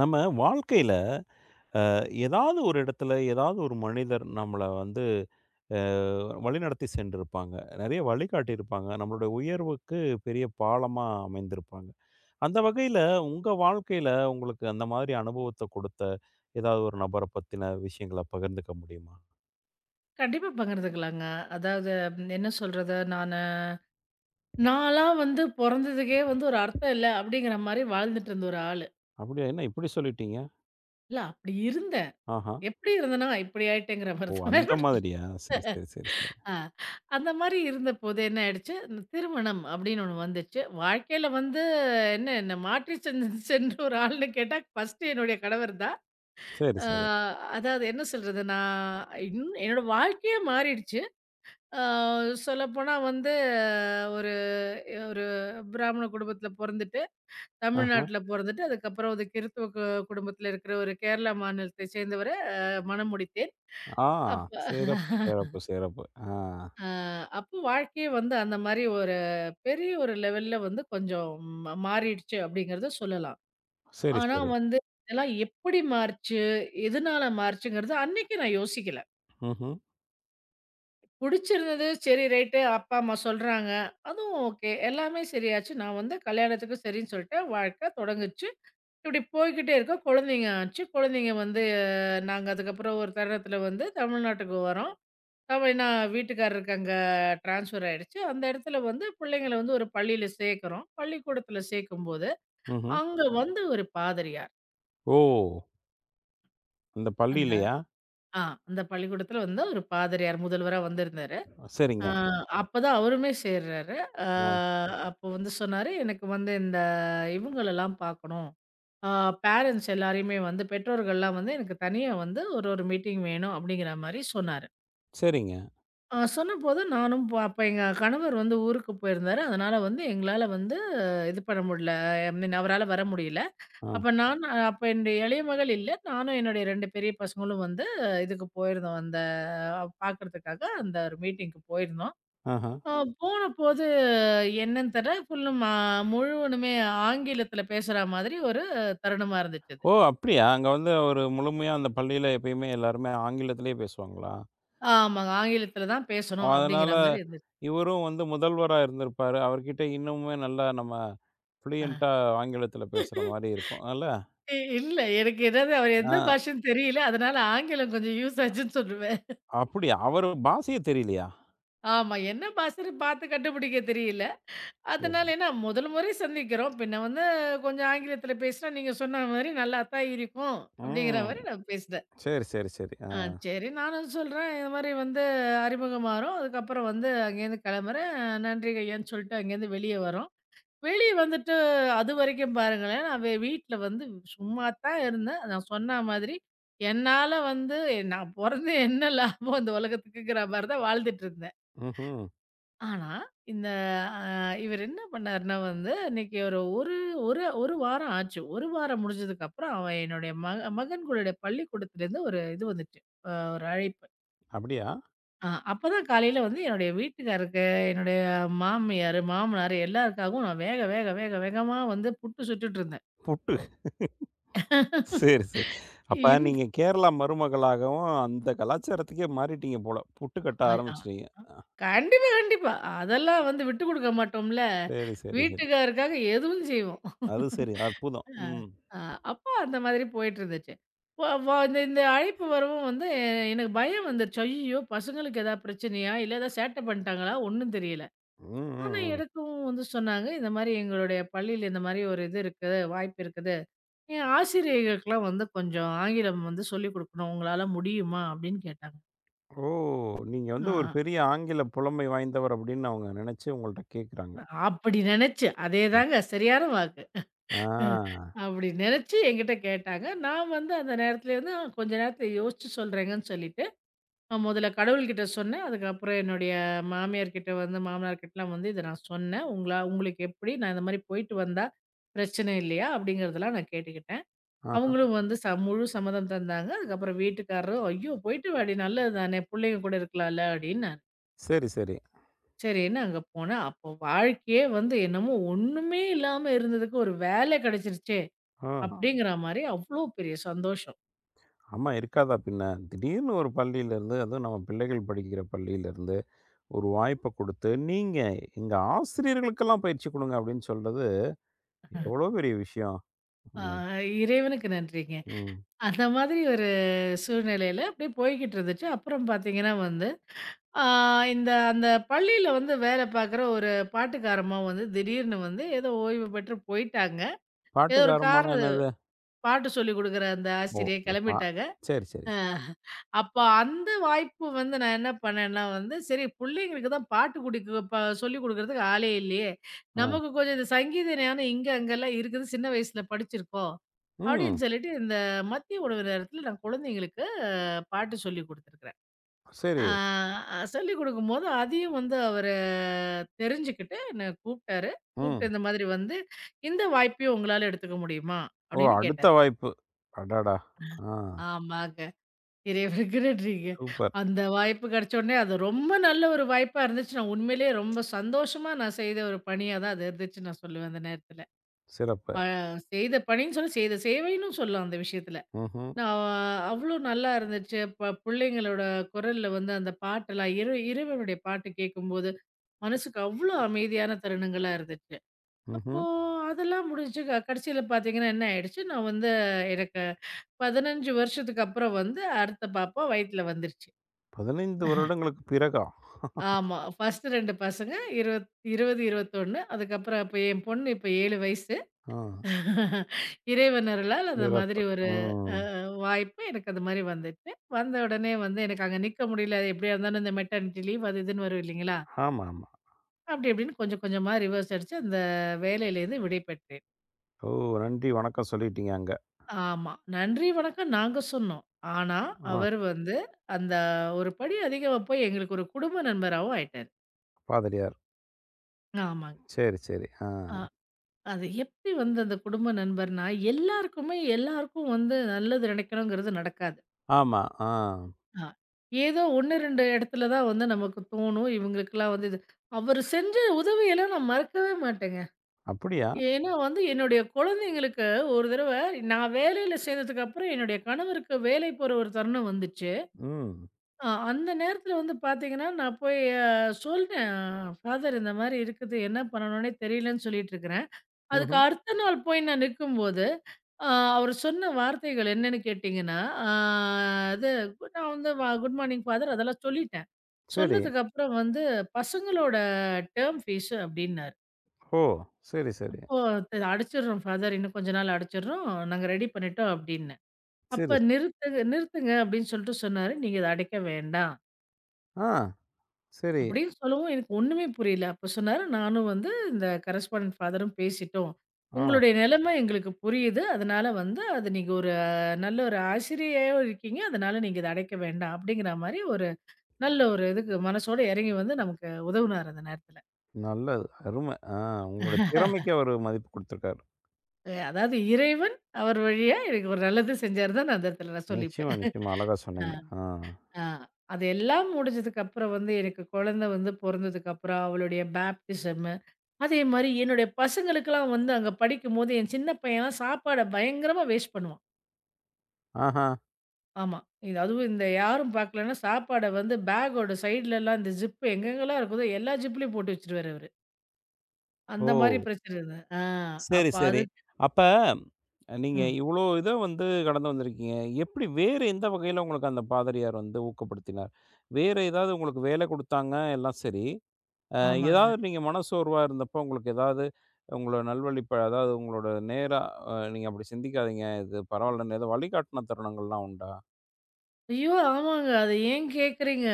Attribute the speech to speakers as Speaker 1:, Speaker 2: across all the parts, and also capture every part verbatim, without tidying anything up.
Speaker 1: நம்ம வாழ்க்கையில ஏதாவது ஒரு இடத்துல, ஏதாவது ஒரு மனிதர் நம்மள வந்து அ வழிநடத்தி சென்றிருப்பாங்க. நெறைய வழிகாட்டியிருப்பாங்க. நம்மளுடைய உயர்வுக்கு பெரிய பாலமா அமைந்திருப்பாங்க. அந்த வகையில உங்க வாழ்க்கையில உங்களுக்கு அந்த மாதிரி அனுபவத்த குடுத்த ஏதாவது ஒரு நபர பத்தின விஷயங்கள பகிர்ந்துக்க முடியுமா?
Speaker 2: கண்டிப்பா பகிர்ந்துக்கலாங்க. அதாவது, ம், என்ன சொல்றது, நானு நான்லாம் வந்து பொறந்ததுக்கே வந்து ஒரு அர்த்தம் இல்ல அப்படிங்கிற மாரி வாழ்ந்துட்டு இருந்த ஒரு ஆளு.
Speaker 1: அப்படியா? என்ன இப்படி சொல்லிட்டீங்க?
Speaker 2: இல்ல, அப்படி இருந்தேன்.
Speaker 1: ஆஹா.
Speaker 2: எப்படி இருந்தேன்னா, இப்படி ஆயிட்டேங்கிற மாரி
Speaker 1: ஓ!
Speaker 2: தான், வேற
Speaker 1: அந்த
Speaker 2: ஒண்ணும் இல்ல.
Speaker 1: மாதிரியா? சரி, சரி, சரி, சரி.
Speaker 2: ஆ அந்த மாரி இருந்தபோது என்ன ஆயிடுச்சு, இந்த திருமணம் அப்படின்னு ஒண்ணு வந்துச்சு. வாழ்க்கையில வந்து என்ன என்ன மாற்றி சென் சென்ற ஒரு ஆள்ன்னு கேட்டா, ஃபர்ஸ்ட்டு என்னுடைய கணவர் தான்.
Speaker 1: சரி,
Speaker 2: அ
Speaker 1: சரி.
Speaker 2: அதாவது, என்ன சொல்றது, நான் இன் என்னோட வாழ்க்கையே மாறிடுச்சு. ஆ சொல்லப்போனா வந்து, ஒரு ஒரு பிராமண குடும்பத்தில பொறந்துட்டு,
Speaker 1: ஆஹா.
Speaker 2: தமிழ்நாட்ல பொறந்துட்டு, அதுக்கப்புறம் ஒரு கிறித்துவ கு குடும்பத்தில இருக்கிற ஒரு கேரளா மாநிலத்தை சேர்ந்தவர அ மணம் முடித்தேன்.
Speaker 1: ஆ.
Speaker 2: அப்ப
Speaker 1: சிறப்பு, சிறப்பு, சிறப்பு. ஆ.
Speaker 2: அ அப்போ வாழ்க்கையே வந்து அந்த மாரி ஒரு பெரிய ஒரு லெவல்ல வந்து கொஞ்சம் ம மாறிடுச்சு அப்படிங்கிறத சொல்லலாம்.
Speaker 1: சரி,
Speaker 2: ஆனா
Speaker 1: சரி.
Speaker 2: வந்து, இதெல்லாம் எப்படி மாறுச்சு? எதனால மாறுச்சுங்கிறது அன்னைக்கு நான் யோசிக்கல.
Speaker 1: ம்ஹ்ம்.
Speaker 2: புடிச்சிருந்தது. சரி, ரைட்டு, அப்பா அம்மா சொல்றாங்க. அதுவும் ஓகே. எல்லாமே சரியாச்சு. நான் வந்து கல்யாணத்துக்கு சரின்னு சொல்லிட்டேன். வாழ்க்கை தொடங்குச்சு. இப்படி போய்க்கிட்டே இருக்கு. குழந்தைங்க ஆச்சு. குழந்தைங்க வந்து, நாங்க அதுக்கப்புறம் ஒரு தருணத்தில வந்து தமிழ்நாட்டுக்கு வரோம். அவ, நான் வீட்டுக்காரருக்கு அங்க ட்ரான்ஸ்ஃபர் ஆயிடுச்சு. அந்த இடத்துல வந்து பிள்ளைங்கள வந்து ஒரு பள்ளியில சேர்க்கிறோம். பள்ளிக்கூடத்தில சேர்க்கும்போது,
Speaker 1: ம்ஹ்ம்.
Speaker 2: அங்க வந்து ஒரு பாதிரியார்.
Speaker 1: ஓ! அந்த
Speaker 2: அந்த
Speaker 1: பள்ளியிலயா?
Speaker 2: ஆ அந்த பள்ளிக்கூடத்தில வந்து ஒரு பாதிரியார் முதல்வரா வந்திருந்தாரு. ஆ
Speaker 1: சரிங்க.
Speaker 2: அப்பதான் அவருமே சேர்றாரு. ஆ
Speaker 1: ஆ.
Speaker 2: அப்போ வந்து சொன்னாரு, "எனக்கு வந்து இந்த இவங்களெல்லாம் பார்க்கணும். ஆ பேரண்ட்ஸ் எல்லாரையுமே வந்து, பெற்றோர்கள்லாம் வந்து எனக்கு தனியா வந்து ஒரு ஒரு மீட்டிங் வேணும்." அப்படிங்கிற மாரி சொன்னாரு.
Speaker 1: சரிங்க.
Speaker 2: ஆ சொன்னபோது நானும் போ அப்ப எங்க கணவர் வந்து ஊருக்கு போயிருந்தாரு. அதனால வந்து, எங்களால வந்து அஹ், இது பண்ண முடியல. ஐ மீன், அவரால வர முடியல.
Speaker 1: ஆ.
Speaker 2: அப்ப நான், அப்ப என்னுடைய இளைய மகள் இல்ல. நானும் என்னுடைய ரெண்டு பெரிய பசங்களும் வந்து அஹ், இதுக்கு போயிருந்தோம். அந்த பார்க்கறதுக்காக அந்த ஒரு மீட்டிங்க்கு போயிருந்தோம்.
Speaker 1: ஆஹ.
Speaker 2: அ போனபோது என்னன்னு தெர்ல. ஃபுல்லும் அ முழுவதுமே ஆங்கிலத்தில பேசுற மாதிரி ஒரு தருணமா இருந்துச்சு அது.
Speaker 1: ஓ! அப்படியா? அங்க வந்து ஒரு முழுமையா அந்த பள்ளியில எப்பயுமே எல்லாருமே ஆங்கிலத்திலேயே பேசுவாங்களா?
Speaker 2: ஆமாங்க. ஆங்கிலத்தில தான் பேசணும்
Speaker 1: அதனால
Speaker 2: அப்படிங்கிற மாரி இருந்துச்சு.
Speaker 1: இவரும் வந்து முதல்வரா இருந்திருப்பாரு. அவர்கிட்ட இன்னுமே நல்லா நம்ம
Speaker 2: ஆ.
Speaker 1: ஃப்ளூயன்ட்டா ஆங்கிலத்தில பேசுற மாரி இருக்கும். அல்ல?
Speaker 2: இ இல்ல, எனக்கு என்னது, அவர்
Speaker 1: ஆ,
Speaker 2: எந்த பாஷன்னு தெரியல. அதனால ஆங்கிலம் கொஞ்சம் யூஸ் ஆச்சுன்னு சொல்லுவேன்.
Speaker 1: அப்படியா? அவரு பாஷையே தெரியலையா?
Speaker 2: ஆமா. என்ன பாஷன்னு பார்த்து கண்டுபிடிக்க தெரியல.
Speaker 1: சரி.
Speaker 2: அதனால, ஏன்னா முதல் முறை சந்திக்கிறோம். பின்ன வந்து கொஞ்சம் ஆங்கிலத்தில பேசினா நீங்க சொன்ன மாரி நல்லா தான் இருக்கும். அப்படிங்கிற
Speaker 1: ம்.
Speaker 2: மாரி நான் பேசினேன்.
Speaker 1: சரி, சரி, சரி. ஆ.
Speaker 2: ஆ, சரி. நானும் சொல்றேன், இது மாரி வந்து அறிமுகம் ஆறோம். அதுக்கப்புறம் வந்து அங்கேருந்து கிளம்புறேன். நன்றிங்க ஐயான்னு சொல்லிட்டு அங்கேருந்து வெளிய வரோம். வெளிய வந்துட்டு அதுவரைக்கும் பாருங்களேன், நான் வே வீட்ல வந்து சும்மா தான் இருந்தேன். நான் சொன்ன மாதிரி, என்னால வந்து நான் பொறந்து என்ன லாபம் இந்த உலகத்துக்குங்கிற மாரி தான் வாழ்ந்துட்டு இருந்தேன்.
Speaker 1: ம்ஹ்ம்.
Speaker 2: ஆனா, இந்த அ இவரு என்ன பண்ணாருன்னா வந்து, இன்னைக்கு ஒரு ஒரு ஒரு ஒரு வாரம் ஆச்சு. ஒரு வாரம் முடிஞ்சதுக்கப்புறம் அவன் என்னுடைய மக மகன்களுடைய பள்ளிக்கூடத்துலேருந்து ஒரு இது வந்துச்சு. அ ஒரு அழைப்பு.
Speaker 1: அப்படியா?
Speaker 2: ஆ அப்பதான் காலையில வந்து என்னுடைய வீட்டுக்காருக்கு, என்னுடைய மாமியாரு, மாமனாரு எல்லாருக்காகவும் நான் வேக வேக வேக வேகமா வந்து புட்டு சுட்டுட்டுருந்தேன்.
Speaker 1: புட்டு. சரி, சரி. அப்ப
Speaker 2: இந்
Speaker 1: நீங்க கேரளா மருமகளாகவும் அந்த கலாச்சாரத்துக்கே மாறிட்டீங்க போல. புட்டு கட்ட
Speaker 2: அ அ
Speaker 1: ஆரம்பிச்சுட்டீங்க.
Speaker 2: அ
Speaker 1: அ
Speaker 2: கண்டிப்பா, கண்டிப்பா. அதெல்லாம் வந்து விட்டு குடுக்க மாட்டோம்ல.
Speaker 1: சரி, சரி, சரி.
Speaker 2: வீட்டுக்காருக்காக எதுவும் செய்வோம்.
Speaker 1: அது சரி. அற்புதம்.
Speaker 2: ஆ,
Speaker 1: ம்.
Speaker 2: ஆ அப்போ அந்த மாதிரி போயிட்டுருந்துச்சு. வ வ இந்த இந்த அழைப்பு வரவும் வந்து எ- எனக்கு பயம் வந்துருச்சு. ஐய்யய்யோ! பசங்களுக்கு ஏதாவது பிரச்சனையா? இல்ல ஏதாவது சேட்டை பண்ணிட்டாங்களா? ஒண்ணும் தெரியல.
Speaker 1: ம், ம்,
Speaker 2: ஆனா,
Speaker 1: ம்.
Speaker 2: எனக்கும் வந்து சொன்னாங்க, இந்த மாரி எங்களுடைய பள்ளியில இந்த மாரி ஒரு இது இருக்குது, வாய்ப்பு இருக்குது. என் ஆசிரியர்களுக்கெல்லாம் வந்து கொஞ்சம் ஆங்கிலம் வந்து சொல்லிக் குடுக்கணும். உங்களால முடியுமா? அப்டின்னு கேட்டாங்க.
Speaker 1: ஓ! நீங்க வந்து
Speaker 2: ஆ
Speaker 1: ஒரு பெரிய ஆங்கில புலமை வாய்ந்தவர் அப்படின்னு அவங்க நினைச்சு உங்கள்ட்ட கேட்குறாங்க.
Speaker 2: அப்படி நெனச்சு,
Speaker 1: ம்.
Speaker 2: அதேதாங்க சரியான வாக்கு.
Speaker 1: ஆ.
Speaker 2: அப்படி நெனச்சு என்கிட்ட கேட்டாங்க. நான் வந்து அந்த நேரத்துல வந்து, "ஆ, கொஞ்ச நேரத்துல யோசிச்சு சொல்றேங்கன்னு சொல்லிட்டு, நான் முதல்ல கடவுள்கிட்ட சொன்னேன். அதுக்கப்புறம் என்னுடைய மாமியார் கிட்ட வந்து மாமனார் கிட்டலாம் வந்து இத நான் சொன்னேன். உங்களா, உங்களுக்கு எப்படி? நான் இந்த மாரி போயிட்டு வந்தா பிரச்சனை இல்லையா? அப்படிங்கிறதெல்லாம் நான் கேட்டுக்கிட்டேன்.
Speaker 1: ஆஹா.
Speaker 2: அவங்களும் வந்து ச முழு சம்மதம் தந்தாங்க. அதுக்கப்புறம் வீட்டுக்காரரும், "ஐயோ! போயிட்டு வாடி, நல்லது தானே! புள்ளைங்க கூட இருக்கலாம்ல" அப்படின்னாரு.
Speaker 1: சரி, சரி.
Speaker 2: சரின்னு அங்க போனேன். அப்போ வாழ்க்கையே வந்து என்னமோ ஒண்ணுமே இல்லாம இருந்ததுக்கு ஒரு வேலை கிடைச்சிருச்சே!
Speaker 1: ஆ.
Speaker 2: அப்படிங்கிற மாரி அவ்ளோ பெரிய சந்தோஷம்.
Speaker 1: ஆமா இருக்காதா பின்ன? திடீர்னு ஒரு பள்ளியிலேருந்து, அதுவும் நம்ம பிள்ளைகள் படிக்கிற பள்ளியிலேருந்து ஒரு வாய்ப்ப குடுத்து, நீங்க எங்க ஆசிரியர்களுக்கெல்லாம் பயிற்சி குடுங்க அப்படின்னு சொல்றது எவ்வளோ பெரிய விஷயம்.
Speaker 2: ஆ
Speaker 1: ம்,
Speaker 2: இறைவனுக்கு நன்றிங்க.
Speaker 1: ம்.
Speaker 2: அந்த மாதிரி ஒரு சூழ்நிலையில அப்படியே போய்க்கிட்டு இருந்துச்சு. அப்புறம் பார்த்தீங்கன்னா வந்து, ஆ இந்த அந்த பள்ளியில வந்து வேலை பார்க்குற ஒரு பாட்டுக்காரம்மா வந்து திடீர்னு வந்து ஏதோ ஓய்வு பெற்று போயிட்டாங்க. ஏதோ ஒரு
Speaker 1: பாட்டுக்காரம்மான்னா
Speaker 2: காரண
Speaker 1: என்னது?
Speaker 2: பாட்டு சொல்லிக் குடுக்குற அந்த
Speaker 1: ஓ!
Speaker 2: ஆசிரியை
Speaker 1: இந்த பா
Speaker 2: கெளம்பிட்டாங்க.
Speaker 1: சரி, சரி.
Speaker 2: அ அப்ப அந்த வாய்ப்பு வந்து நான் என்ன பண்ணேன்னா வந்து, சரி, புள்ளைங்களுக்கு தான் பாட்டு குடிக்க ப சொல்லிக் குடுக்குறதுக்கு ஆளே இல்லையே!
Speaker 1: ஆ.
Speaker 2: நமக்கு கொஞ்சம் இந்த சங்கீத ஞானம் இங்க, அங்கலாம் இருக்குது. சின்ன வயசுல படிச்சிருக்கோம். அப்படின்னு
Speaker 1: ம்.
Speaker 2: சொல்லிட்டு இந்த மதிய உணவு நேரத்துல நான் குழந்தைங்களுக்கு அ பாட்டு சொல்லிக் குடுத்துருக்கிறேன். ஆ
Speaker 1: சரி.
Speaker 2: சொல்லிக் குடுக்கும்போது அதையும் வந்து அவரு தெரிஞ்சுக்கிட்டு என்ன கூப்ட்டாரு. கூப்ட்டு
Speaker 1: ம்.
Speaker 2: இந்த மாதிரி வந்து, "இந்த வாய்ப்பையும் உங்களால எடுத்துக்க முடியுமா?"
Speaker 1: ஓ!
Speaker 2: அப்படின்னு
Speaker 1: அடுத்த
Speaker 2: கேட்டாரு.
Speaker 1: வாய்ப்பு. அடடா! ஆ.
Speaker 2: ஆமாங்க. இறைவனுக்கு நன்றிங்க.
Speaker 1: சூப்பர்.
Speaker 2: அந்த வாய்ப்பு கிடைச்ச உடனே அது ரொம்ப நல்ல ஒரு வாய்ப்பா இருந்துச்சு. நான் உண்மையிலேயே ரொம்ப சந்தோஷமா நான் செய்த ஒரு பணியா தான் அது இருந்துச்சு நான் சொல்லுவேன் அந்த நேரத்தில.
Speaker 1: சிறப்பு.
Speaker 2: அ செய்த பணின்னு சொல்ல, செய்த சேவைன்னு சொல்லலாம் அந்த விஷயத்தில.
Speaker 1: ம்ஹ்ம்,
Speaker 2: நான் அவ்ளோ நல்லா இருந்துச்சு. ப பிள்ளைங்களோட குரல்ல வந்து அந்த பாட்டெல்லாம் இறை இறைவனுடைய பாட்டு கேட்கும்போது, மனசுக்கு அவ்ளோ அமைதியான தருணங்களா இருந்துச்சு. அப்போ
Speaker 1: ம்ஹ்ம்.
Speaker 2: அதெல்லாம் முடிஞ்சு க கடைசியில பார்த்தீங்கன்னா என்ன ஆயிடுச்சு, நான் வந்து எனக்கு பதினஞ்சு வருஷத்துக்கு அப்புறம் வந்து அடுத்த பாப்பா வயித்துல வந்துருச்சு.
Speaker 1: பதினைந்து வருடங்களுக்கு பிறகா?
Speaker 2: ஆமா. ஃபர்ஸ்ட்டு ரெண்டு பசங்க. இருபது இருபது, இருபத்தி ஒன்று. அதுக்கப்புறம் இப்ப என் பொண்ணு இப்ப ஏழு வயசு.
Speaker 1: ஆ.
Speaker 2: இறைவன் அருளால் அந்த
Speaker 1: சிறப்பு.
Speaker 2: மாதிரி ஒரு
Speaker 1: ம்.
Speaker 2: அ வாய்ப்பு எனக்கு அது மாரி வந்துச்சு. வந்த உடனே வந்து எனக்கு அங்க நிக்க முடியல. எப்படியா இருந்தாலும் இந்த மெட்டர்னிட்டி லீவ் அது இதுன்னு வரும் இல்லைங்களா?
Speaker 1: ஆமாமா.
Speaker 2: அப்படி இப்படின்னு கொஞ்சம் கொஞ்சமா ரிவர்ஸ் அடிச்சு அந்த வேலையிலேருந்து விடை பெற்றேன்.
Speaker 1: ஓ! நன்றி, வணக்கம் சொல்லிட்டீங்க அங்க.
Speaker 2: ஆமா. நன்றி வணக்கம் நாங்க சொன்னோம். ஆனா,
Speaker 1: ஆ.
Speaker 2: அவர் வந்து அந்த ஒரு படி அதிகமா போய் எங்களுக்கு ஒரு குடும்ப நண்பராவும் ஆயிட்டாரு.
Speaker 1: பாதிரியார்.
Speaker 2: ஆமாங்க.
Speaker 1: சரி, சரி. ஆ.
Speaker 2: அது எப்படி வந்து அந்த குடும்ப நண்பர்னா, எல்லாருக்குமே எல்லாருக்கும் வந்து நல்லது நினைக்கணுங்கிறது நடக்காது.
Speaker 1: ஆமா. ஆ.
Speaker 2: ஆ. ஏதோ ஒண்ணு, ரெண்டு இடத்துல தான் வந்து நமக்கு தோணும். இவங்களுக்கெல்லாம் வந்து இது. அவரு செஞ்ச உதவியெல்லாம் நான் மறக்கவே மாட்டேங்க.
Speaker 1: அப்படியா?
Speaker 2: ஏன்னா வந்து, என்னுடைய குழந்தைங்களுக்கு ஒரு தடவ நான் வேலையில சேர்ந்ததுக்கு அப்புறம் என்னுடைய கணவருக்கு வேலை போற ஒரு தருணம் வந்துச்சு.
Speaker 1: ம்.
Speaker 2: அ அந்த நேரத்துல வந்து பார்த்தீங்கன்னா, நான் போய் அ சொல்ட்டேன், "ஃபாதர், இந்த மாரி இருக்குது. என்ன பண்ணணும்னே தெரியலன்னு" சொல்லிட்டு இருக்கிறேன். அதுக்கு
Speaker 1: ம்ஹ்ம்.
Speaker 2: அடுத்த நாள் போய் நான் நிக்கும்போது, ஆ அவர் சொன்ன வார்த்தைகள் என்னன்னு கேட்டீங்கன்னா, ஆ அது, நான் வந்து வ குட் மார்னிங் ஃபாதர் அதெல்லாம் சொல்லிட்டேன்.
Speaker 1: சரி.
Speaker 2: சொன்னதுக்கு அப்புறம் வந்து பசங்களோட டெர்ம் ஃபீஸ் அப்டின்னாரு.
Speaker 1: ஓ! சரி, சரி.
Speaker 2: அப்போ "த- அடைச்சிடுறோம் ஃபாதர், இன்னும் கொஞ்ச நாள் அடைச்சிடுறோம். நாங்க ரெடி பண்ணிட்டோம் அப்டின்னேன்.
Speaker 1: சரி.
Speaker 2: அப்ப நிறுத்துங்க நிறுத்துங்க அப்டின்னு சொல்லிட்டு சொன்னாரு. நீங்க இத அடைக்க வேண்டாம்.
Speaker 1: ஆ. சரி.
Speaker 2: அப்படின்னு சொல்லவும் எனக்கு ஒண்ணுமே புரியல. அப்ப சொன்னாரு, "நானும் வந்து இந்த கரஸ்பாண்டன்ட் ஃபாதரும் பேசிட்டோம்.
Speaker 1: ஆ.
Speaker 2: உங்களுடைய நிலைமை எங்களுக்கு புரியுது. அதனால வந்து அது, நீங்க ஒரு அஹ், நல்ல ஒரு ஆசிரியையாவும் இருக்கீங்க. அதனால நீங்க இத அடைக்க வேண்டாம்." அப்படிங்கிற மாரி ஒரு நல்ல ஒரு இதுக்கு மனசோட இறங்கி வந்து நமக்கு உதவுனாரு அந்த நேரத்துல.
Speaker 1: நல்லது. அருமை. ஆ. உங்களோட திறமைக்கு அவரு மதிப்பு குடுத்துருக்காரு.
Speaker 2: அ அதாவது இறைவன் அவர் வழியா எனக்கு ஒரு நல்லது செஞ்சாரு தான் நான் அந்த இடத்துல நான் சொல்லிப்பேன்.
Speaker 1: நிச்சயமா, நிச்சயமா. அழகா
Speaker 2: ஆ,
Speaker 1: சொன்னீங்க. ஆ.
Speaker 2: ஆ. அது எல்லாம் முடிஞ்சதுக்கு அப்புறம் வந்து எனக்கு குழந்தை வந்து பொறந்ததுக்கு அப்புறம் அவளுடைய பேப்டிசம், அதே மாரி என்னுடைய பசங்களுக்கெல்லாம் வந்து அங்க படிக்கும்போது, என் சின்ன பையன்லாம் சாப்பாட பயங்கரமா வேஸ்ட் பண்ணுவான்.
Speaker 1: ஆஹா.
Speaker 2: ஆமா. இது, அதுவும் இந்த, யாரும் பார்க்கலன்னா, சாப்பாட வந்து பேக்கோட சைட்லலாம் இந்த ஜிப் எங்கெங்கலாம் இருக்குதோ, எல்லா ஜிப்லயும் போட்டு வச்சுருவாரு அவரு. அந்த மாரி
Speaker 1: ஓ!
Speaker 2: பிரச்சனை இருந்தது. ஆ
Speaker 1: சரி,
Speaker 2: அப்ப அது,
Speaker 1: சரி. அப்ப நீங்க
Speaker 2: ம்.
Speaker 1: இவ்ளோ இத வந்து கடந்து வந்திருக்கீங்க. எப்படி வேற எந்த வகையில உங்களுக்கு அந்த பாதிரியார் வந்து ஊக்கப்படுத்தினார்? வேற ஏதாவது உங்களுக்கு வேலை குடுத்தாங்க, எல்லாம் சரி. அ
Speaker 2: ஆமாங்க.
Speaker 1: ஏதாவது நீங்க மனச்சோர்வா இருந்தப்போ உங்களுக்கு ஏதாவது உங்கள நல்வழிப்ப அதாவது உங்களோட நேரா அ நீங்க அப்படி சிந்திக்காதீங்க. இது பரவாயில்லன்னு ஏதோ வழிகாட்டுன தருணங்கள்லாம் உண்டா?
Speaker 2: ஐயோ! ஆமாங்க. அத ஏன் கேட்குறீங்க?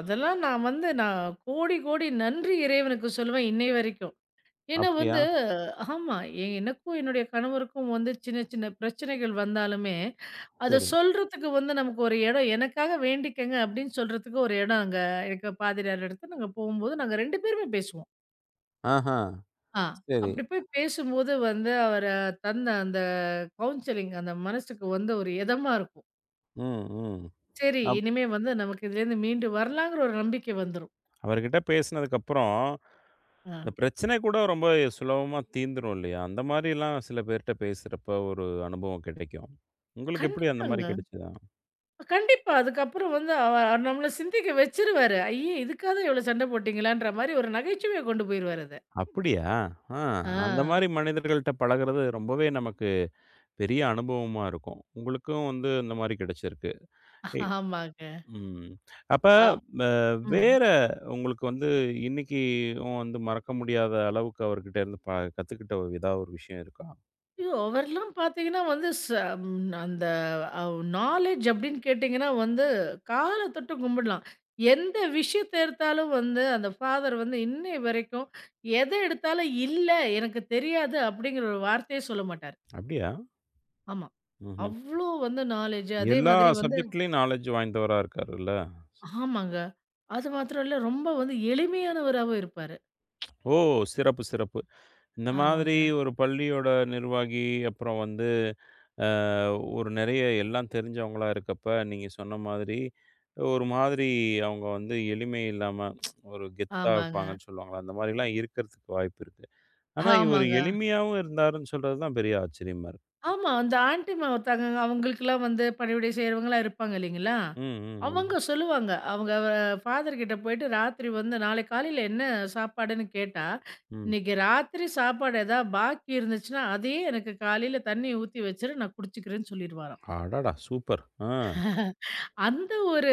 Speaker 2: அதெல்லாம் நான் வந்து, நான் கோடி கோடி நன்றி இறைவனுக்கு சொல்லுவேன் இன்னை வரைக்கும். ஏன்னா
Speaker 1: அப்படியா?
Speaker 2: வந்து, ஆமா, எ எனக்கும் என்னுடைய கணவருக்கும் வந்து சின்ன சின்ன பிரச்சனைகள் வந்தாலுமே, அத
Speaker 1: சரி.
Speaker 2: சொல்றதுக்கு வந்து நமக்கு ஒரு இடம், எனக்காக வேண்டிக்கங்க அப்படின்னு சொல்றதுக்கு ஒரு இடம் அங்க எங்க பாதிரியார் இடத்துல நாங்க போகும்போது நாங்க ரெண்டு பேருமே பேசுவோம்.
Speaker 1: ஆஹா.
Speaker 2: ஆ.
Speaker 1: சரி.
Speaker 2: அப்படி போய் பேசும்போது வந்து அவர் தந்த அந்த கவுன்சிலிங் அந்த மனசுக்கு வந்து ஒரு இதமா இருக்கும்.
Speaker 1: ம், ம்.
Speaker 2: சரி,
Speaker 1: அப்
Speaker 2: இனிமே வந்து நமக்கு இதுலேருந்து மீண்டு வரலாங்கிற ஒரு நம்பிக்கை வந்துரும்.
Speaker 1: அவர்கிட்ட பேசினதுக்கப்புறம்,
Speaker 2: ஆ.
Speaker 1: இந்த பிரச்சனை கூட ரொம்ப சுலபமா தீந்துரும் இல்லையா? அந்த மாரிலாம் சில பேர்ட்ட பேசுறப்ப ஒரு அனுபவம் கிடைக்கும். உங்களுக்கு எப்படி அந்த மாரி
Speaker 2: கண்டிப்பாங்க.
Speaker 1: கிடைச்சதா?
Speaker 2: கண்டிப்பா. அதுக்கப்புறம் வந்து அவ நம்மள சிந்திக்க வச்சுருவாரு. ஐயே! இதுக்காக தான் இவ்வளோ சண்டை போட்டீங்களான்ற மாரி ஒரு நகைச்சுவையா கொண்டு போயிருவாரு அத.
Speaker 1: அப்படியா? ஆ.
Speaker 2: ஆ
Speaker 1: அந்த மாரி மனிதர்கள்ட்ட பழகுறது ரொம்பவே நமக்கு பெரிய அனுபவமா இருக்கும். உங்களுக்கும் வந்து இந்த மாரி கிடைச்சிருக்கு. எ
Speaker 2: ஆமாங்க.
Speaker 1: ம். அப்ப
Speaker 2: அப்
Speaker 1: அ
Speaker 2: ம்.
Speaker 1: வேற உங்களுக்கு வந்து இன்னைக்கும் வந்து மறக்க முடியாத அளவுக்கு அவர்கிட்ட இருந்து ப கத்துக்கிட்ட ஒரு ஏதாவது ஒரு விஷயம் இருக்கா?
Speaker 2: ஐயோ! அவர்லாம் பார்த்தீங்கன்னா வந்து, ச ம் அந்த அவ் நாலேட்ஜ் அப்படின்னு கேட்டீங்கன்னா வந்து கால தொட்டு கும்பிடலாம். எந்த விஷயத்த எடுத்தாலும் வந்து அந்த ஃபாதர் வந்து இன்னை வரைக்கும், எத எடுத்தாலும் இல்ல, எனக்கு தெரியாது அப்படிங்கிற ஒரு வார்த்தையே சொல்ல மாட்டாரு.
Speaker 1: அப்படியா?
Speaker 2: ஆமா.
Speaker 1: ம்ஹ்ம்.
Speaker 2: அவ்ளோ வந்து நாலேட்ஜ் அதே
Speaker 1: எல்லா
Speaker 2: மாதிரி வந்து,
Speaker 1: சப்ஜெக்ட்லயும் நாலெட்ஜ் வாய்ந்தவரா இருக்காருல்ல.
Speaker 2: ஆமாங்க. அது மாத்திரம் இல்ல, ரொம்ப வந்து எளிமையானவராவும் இருப்பாரு.
Speaker 1: ஓ! சிறப்பு, சிறப்பு. இந்த மாதிரி
Speaker 2: ஆமாங்க,
Speaker 1: ஒரு பள்ளியோட நிர்வாகி, அப்புறம் வந்து அ ஒரு நெறைய எல்லாம் தெரிஞ்சவங்களா இருக்கப்ப, நீங்க சொன்ன மாதிரி ஒரு மாதிரி அவங்க வந்து எளிமை இல்லாம ஒரு கெத்தா
Speaker 2: ஆமாங்க,
Speaker 1: இருப்பாங்கன்னு சொல்லுவாங்கல்ல, அந்த மாரிலாம் இருக்கிறதுக்கு வாய்ப்பு இருக்கு. ஆனா இவரு
Speaker 2: ஆமாங்க.
Speaker 1: எளிமையாவும் இருந்தாருன்னு சொல்றது தான் பெரிய ஆச்சரியமா இருக்கு.
Speaker 2: ஆமா, அந்த ஆன்டிமா ஒருத்தங்க அவங்களுக்கெல்லாம் வந்து பணிவிடை செய்றவங்கலாம் இருப்பாங்க இல்லைங்களா?
Speaker 1: ம், ம், ம்,
Speaker 2: அவங்க சொல்லுவாங்க. அவங்க ஃபாதர் கிட்ட போயிட்டு ராத்திரி வந்து நாளைக்கு காலையில என்ன சாப்பாடுன்னு கேட்டா,
Speaker 1: ம்.
Speaker 2: "இன்னைக்கு ராத்திரி சாப்பாடு ஏதாவது பாக்கி இருந்துச்சுன்னா, அதையே எனக்கு காலையில தண்ணி ஊத்தி வச்சுரு, நான் குடிச்சுக்கிறேன்னு" சொல்லிருவாராம்.
Speaker 1: அடடா! சூப்பர். ஆ.
Speaker 2: அந்த ஒரு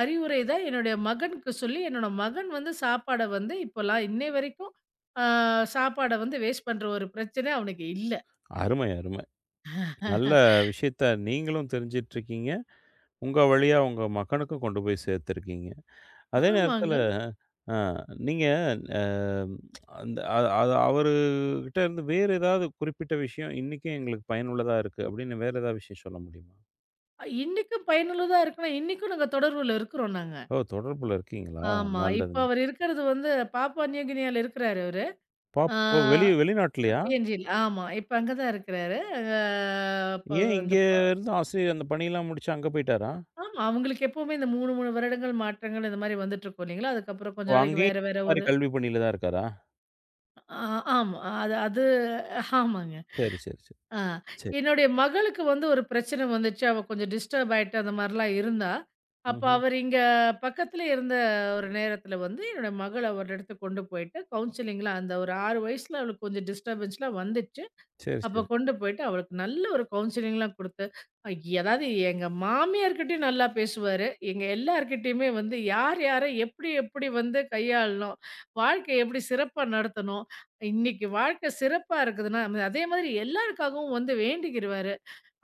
Speaker 2: அறிவுரை தான் என்னுடைய மகனுக்கு சொல்லி, என்னோட மகன் வந்து சாப்பாட வந்து இப்போலாம் இன்னை வரைக்கும் அ சாப்பாட வந்து வேஸ்ட் பண்ற ஒரு பிரச்சனை அவனுக்கு இல்ல.
Speaker 1: அருமை, அருமை. நல்ல விஷயத்த நீங்களும் தெரிஞ்சிட்டு இருக்கீங்க. உங்க வழியா உங்க மகனுக்கும் கொண்டு போய் சேர்த்துருக்கீங்க. அதே நேரத்தில
Speaker 2: ஆமாங்க.
Speaker 1: அ நீங்க அ அந்த அ அது அவருகிட்ட இருந்து வேறு ஏதாவது குறிப்பிட்ட விஷயம் இன்னைக்கும் எங்களுக்கு பயனுள்ளதா இருக்கு அப்படின்னு வேற ஏதாவது விஷயம் சொல்ல முடியுமா?
Speaker 2: இன்னைக்கும் பயனுள்ளதா இருக்குன்னா, இன்னைக்கும் நாங்க தொடர்புல இருக்கிறோம் நாங்க.
Speaker 1: ஓ! தொடர்புல இருக்கீங்களா?
Speaker 2: ஆமா. இப்ப
Speaker 1: நல்லதுங்க.
Speaker 2: அவர் இருக்கிறது வந்து பாப்புவா நியூ கினியால இருக்கிறாரு அவரு.
Speaker 1: பாப்
Speaker 2: ஆ
Speaker 1: ஓ! வெளி வெளிநாட்லயா?
Speaker 2: பிஎன்ஜில ஆமா. இப்ப அங்க தான் இருக்கிறாரு. அ இப்ப
Speaker 1: ஏன்
Speaker 2: அந்த
Speaker 1: இங்க
Speaker 2: ப
Speaker 1: இருந்து ஆசிரியர் அந்த பணியெல்லாம் முடிச்சு அங்க போயிட்டாரா?
Speaker 2: ஆமா. அவங்களுக்கு எப்பவுமே இந்த மூணு மூணு வருடங்கள் மாற்றங்கள் இந்த மாரி வந்துட்டுருக்கும் இல்லைங்களா? அதுக்கப்புறம்
Speaker 1: ஓ!
Speaker 2: கொஞ்ச நாளைக்கு
Speaker 1: அங்கேயும்
Speaker 2: வேற, வேற
Speaker 1: இந்த மாரி
Speaker 2: ஒரு,
Speaker 1: கல்வி பணியில தான் இருக்காரா?
Speaker 2: ஆ ஆமா. அது அது ஆமாங்க.
Speaker 1: சரி, சரி, சரி,
Speaker 2: ஆ
Speaker 1: சரி.
Speaker 2: என்னுடைய மகளுக்கு வந்து ஒரு பிரச்சனை வந்துச்சு. அவ கொஞ்சம் டிஸ்டர்ப் ஆயிட்டு அந்த மாரிலாம் இருந்தா, அப்ப
Speaker 1: ம்ஹ்ம்.
Speaker 2: அவர் இங்க பக்கத்திலே இருந்த ஒரு நேரத்தில வந்து என்னோட மகள ஒரு இடத்துக்கு கொண்டு போயிட்டு கவுன்சிலிங்லாம், அந்த ஒரு ஆறு வயசுல அவளுக்கு கொஞ்சம் டிஸ்டர்பன்ஸ்லாம் வந்துச்சு.
Speaker 1: சரி, சரி.
Speaker 2: அப்ப கொண்டு போயிட்டு அவளுக்கு நல்ல ஒரு கவுன்சிலிங்லாம் குடுத்து, அதாவது எங்க மாமியார்கிட்டயும் நல்லா பேசுவாரு. எங்க எல்லார்கிட்டயுமே வந்து, யார் யார எப்படி எப்படி வந்து கையாளணும்? வாழ்க்கைய எப்படி சிறப்பா நடத்தணும்? இன்னைக்கு வாழ்க்கை சிறப்பா இருக்குதுன்னா, அந்த அதே மாதிரி எல்லாருக்காகவும் வந்து வேண்டிக்கிருவாரு.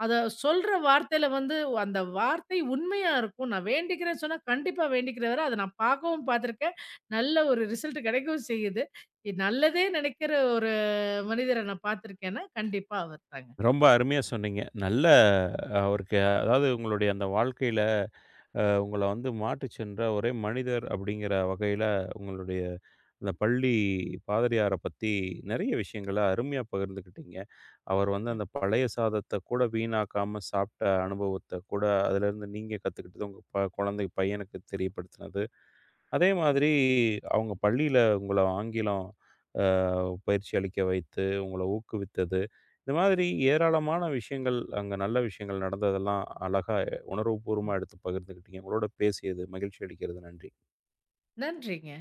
Speaker 2: அத சொல்ற வார்த்தையில வந்து அந்த வார்த்தை உண்மையா இருக்கும். நான் வேண்டிக்கிறேன்னு சொன்னா கண்டிப்பா வேண்டிக்கிறவரு. அத நான் பார்க்கவும் பார்த்துருக்கேன். நல்ல ஒரு ரிசல்ட் கிடைக்கவும் செய்யுது. இது நல்லதே நினைக்கிற ஒரு மனிதரை நான் பார்த்துருக்கேன்னா, கண்டிப்பா அவர் தாங்க.
Speaker 1: ரொம்ப அருமையா சொன்னீங்க. நல்ல அஹ், அவருக்கு அதாவது உங்களுடைய அந்த வாழ்க்கையில அ உங்கள வந்து மாற்றிச் சென்ற ஒரே மனிதர் அப்படிங்கிற வகையில உங்களுடைய அந்த பள்ளி பாதிரியார பத்தி நெறைய விஷயங்கள அருமையா பகிர்ந்துக்கிட்டீங்க. அவர் வந்து அந்த பழைய சாதத்த கூட வீணாக்காம சாப்பிட்ட அனுபவத்த கூட அதிலிருந்து நீங்க கத்துக்கிட்டது உங்க ப குழந்தை பையனுக்கு தெரியப்படுத்தினது. அதே மாதிரி அவங்க பள்ளியில உங்கள ஆங்கிலம் அ பயிற்சி அளிக்க வைத்து, உங்கள ஊக்குவித்தது. இந்த மாதிரி ஏராளமான விஷயங்கள், அங்க நல்ல விஷயங்கள் நடந்ததெல்லாம் அழகா உணர்வுபூர்வமா எடுத்து பகிர்ந்துக்கிட்டீங்க. உங்களோட பேசியது மகிழ்ச்சி அளிக்கிறது. நன்றி.
Speaker 2: நன்றிங்க.